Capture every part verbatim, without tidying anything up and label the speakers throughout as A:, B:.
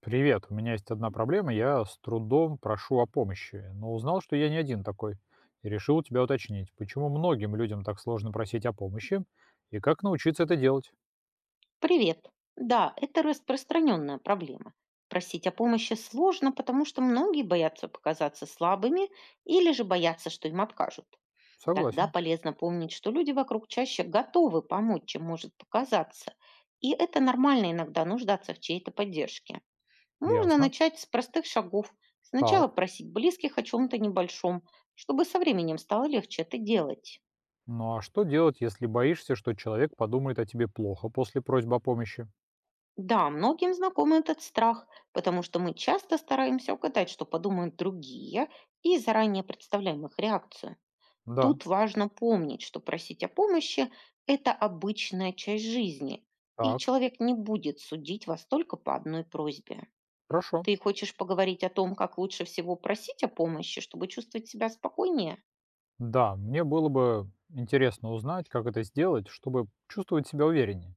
A: Привет, у меня есть одна проблема. Я с трудом прошу о помощи, но узнал, что я не один такой, и решил у тебя уточнить, почему многим людям так сложно просить о помощи и как научиться это делать.
B: Привет. Да, это распространенная проблема. Просить о помощи сложно, потому что многие боятся показаться слабыми или же боятся, что им откажут. Тогда
A: Согласен.
B: полезно помнить, что люди вокруг чаще готовы помочь, чем может показаться. И это нормально иногда нуждаться в чьей-то поддержке. Можно
A: Ясно.
B: начать с простых шагов.
A: Так.
B: Сначала просить близких о чем-то небольшом, чтобы со временем стало легче это делать.
A: Ну а что делать, если боишься, что человек подумает о тебе плохо после просьбы о помощи?
B: Да, многим знаком этот страх, потому что мы часто стараемся угадать, что подумают другие, и заранее представляем их реакцию.
A: Да.
B: Тут важно помнить, что просить о помощи– это обычная часть жизни, и
A: Так.
B: человек не будет судить вас только по одной просьбе.
A: Хорошо.
B: Ты хочешь поговорить о том, как лучше всего просить о помощи, чтобы чувствовать себя спокойнее?
A: Да, мне было бы интересно узнать, как это сделать, чтобы чувствовать себя увереннее.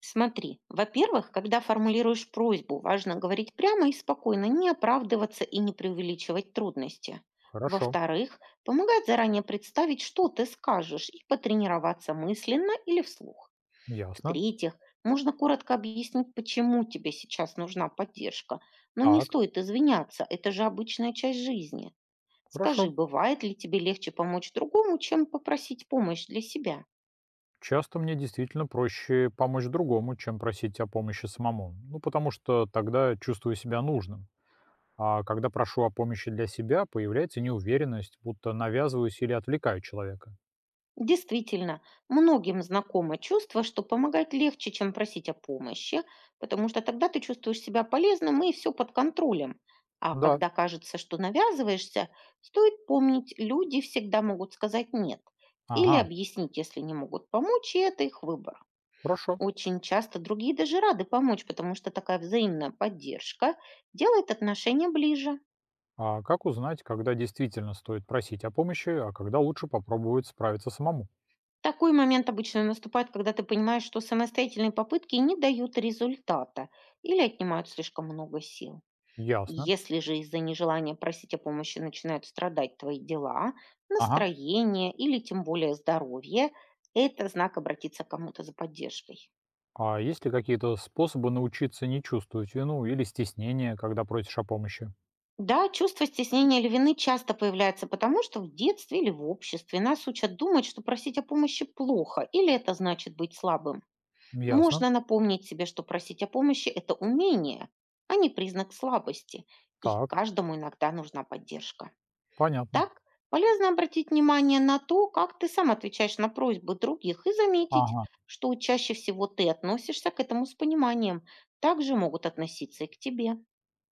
B: Смотри, во-первых, когда формулируешь просьбу, важно говорить прямо и спокойно, не оправдываться и не преувеличивать трудности.
A: Хорошо.
B: Во-вторых, помогает заранее представить, что ты скажешь, и потренироваться мысленно или вслух.
A: Ясно.
B: В-третьих, можно коротко объяснить, почему тебе сейчас нужна поддержка, но не
A: Так.
B: стоит извиняться, это же обычная часть жизни. Скажи,
A: Хорошо.
B: бывает ли тебе легче помочь другому, чем попросить помощь для себя?
A: Часто мне действительно проще помочь другому, чем просить о помощи самому. Ну, потому что тогда чувствую себя нужным. А когда прошу о помощи для себя, появляется неуверенность, будто навязываюсь или отвлекаю человека.
B: Действительно, многим знакомо чувство, что помогать легче, чем просить о помощи, потому что тогда ты чувствуешь себя полезным и все под контролем. А
A: Да,
B: когда кажется, что навязываешься, стоит помнить, люди всегда могут сказать «нет» или
A: ага,
B: объяснить, если не могут помочь, и это их выбор.
A: хорошо.
B: Очень часто другие даже рады помочь, потому что такая взаимная поддержка делает отношения ближе.
A: А как узнать, когда действительно стоит просить о помощи, а когда лучше попробовать справиться самому?
B: Такой момент обычно наступает, когда ты понимаешь, что самостоятельные попытки не дают результата или отнимают слишком много сил.
A: Ясно.
B: Если же из-за нежелания просить о помощи начинают страдать твои дела,
A: Ага.
B: настроение или тем более здоровье, это знак обратиться к кому-то за поддержкой.
A: А есть ли какие-то способы научиться не чувствовать вину или стеснение, когда просишь о помощи?
B: Да, чувство стеснения или вины часто появляется потому, что в детстве или в обществе нас учат думать, что просить о помощи плохо или это значит быть слабым.
A: Ясно.
B: Можно напомнить себе, что просить о помощи– это умение, а не признак слабости, и
A: Так,
B: каждому иногда нужна поддержка.
A: понятно.
B: Так, полезно обратить внимание на то, как ты сам отвечаешь на просьбы других, и заметить,
A: Ага.
B: что чаще всего ты относишься к этому с пониманием. Также могут относиться и к тебе.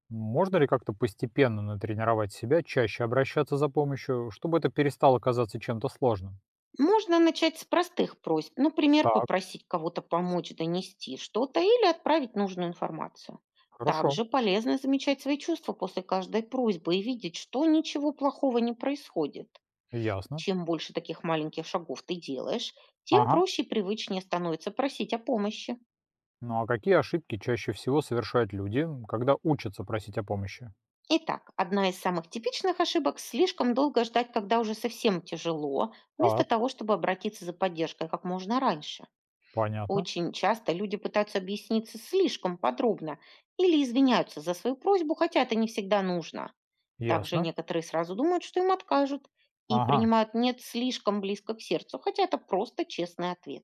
A: Можно ли как-то постепенно натренировать себя чаще обращаться за помощью, чтобы это перестало казаться чем-то сложным?
B: Можно начать с простых просьб, например,
A: Так,
B: попросить кого-то помочь донести что-то или отправить нужную информацию.
A: хорошо,
B: Также полезно замечать свои чувства после каждой просьбы и видеть, что ничего плохого не происходит.
A: ясно.
B: Чем больше таких маленьких шагов ты делаешь, тем
A: Ага.
B: проще и привычнее становится просить о помощи.
A: Ну а какие ошибки чаще всего совершают люди, когда учатся просить о помощи?
B: Итак, одна из самых типичных ошибок– слишком долго ждать, когда уже совсем тяжело, вместо
A: Так,
B: того, чтобы обратиться за поддержкой как можно раньше.
A: понятно,
B: Очень часто люди пытаются объясниться слишком подробно или извиняются за свою просьбу, хотя это не всегда нужно. Также
A: ясно.
B: некоторые сразу думают, что им откажут и
A: Ага.
B: принимают «нет» слишком близко к сердцу, хотя это просто честный ответ.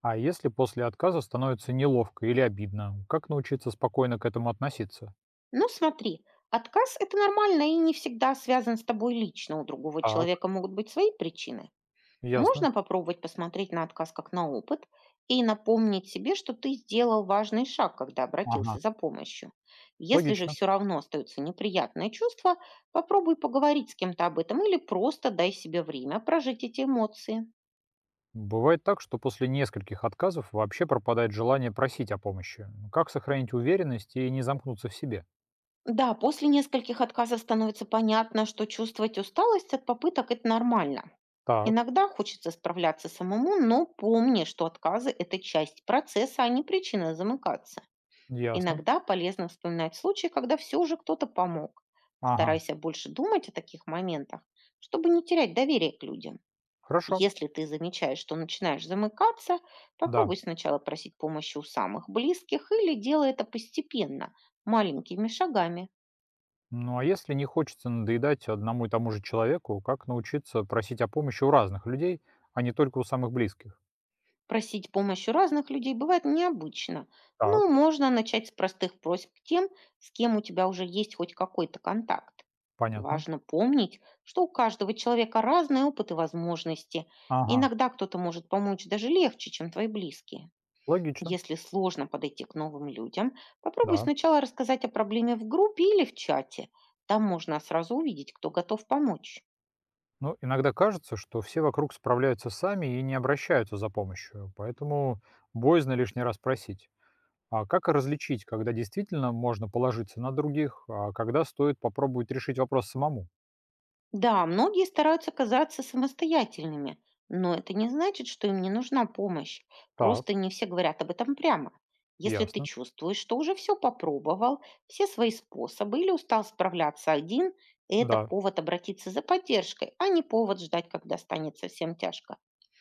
A: А если после отказа становится неловко или обидно, как научиться спокойно к этому относиться?
B: Но смотри, отказ– это нормально и не всегда связан с тобой лично. У другого
A: Так,
B: человека могут быть свои причины.
A: ясно.
B: Можно попробовать посмотреть на отказ как на опыт и напомнить себе, что ты сделал важный шаг, когда
A: Ага,
B: обратился за помощью. Если же
A: логично.
B: все равно остаются неприятные чувства, попробуй поговорить с кем-то об этом или просто дай себе время прожить эти эмоции.
A: Бывает так, что после нескольких отказов вообще пропадает желание просить о помощи. Ну, как сохранить уверенность и не замкнуться в себе?
B: Да, после нескольких отказов становится понятно, что чувствовать усталость от попыток– это нормально.
A: Так,
B: Иногда хочется справляться самому, но помни, что отказы– это часть процесса, а не причина замыкаться.
A: ясно.
B: Иногда полезно вспоминать случаи, когда все же кто-то помог.
A: Ага,
B: Старайся больше думать о таких моментах, чтобы не терять доверие к людям.
A: хорошо,
B: Если ты замечаешь, что начинаешь замыкаться,
A: да.
B: попробуй сначала просить помощи у самых близких или делай это постепенно, маленькими шагами.
A: Ну а если не хочется надоедать одному и тому же человеку, как научиться просить о помощи у разных людей, а не только у самых близких?
B: Просить помощь у разных людей бывает необычно,
A: Так,
B: но можно начать с простых просьб к тем, с кем у тебя уже есть хоть какой-то контакт.
A: понятно.
B: Важно помнить, что у каждого человека разные опыты и возможности.
A: Ага,
B: Иногда кто-то может помочь даже легче, чем твои близкие.
A: логично,
B: Если сложно подойти к новым людям, попробуй
A: да.
B: сначала рассказать о проблеме в группе или в чате. Там можно сразу увидеть, кто готов помочь.
A: Ну, иногда кажется, что все вокруг справляются сами и не обращаются за помощью, поэтому боязно лишний раз просить. А как различить, когда действительно можно положиться на других, а когда стоит попробовать решить вопрос самому?
B: Да, многие стараются казаться самостоятельными, но это не значит, что им не нужна помощь. Просто
A: Так,
B: не все говорят об этом прямо. Если ты
A: ясно.
B: чувствуешь, что уже все попробовал, все свои способы или устал справляться один, это
A: Да,
B: повод обратиться за поддержкой, а не повод ждать, когда станет совсем тяжко.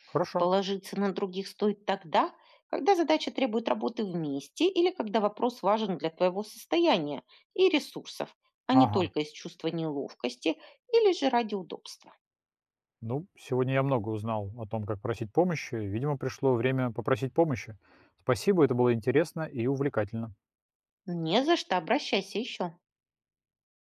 A: хорошо.
B: Положиться на других стоит тогда, когда задача требует работы вместе или когда вопрос важен для твоего состояния и ресурсов, а не
A: Ага.
B: только из чувства неловкости или же ради удобства.
A: Ну, сегодня я много узнал о том, как просить помощи. Видимо, пришло время попросить помощи. Спасибо, это было интересно и увлекательно.
B: Не за что, обращайся еще.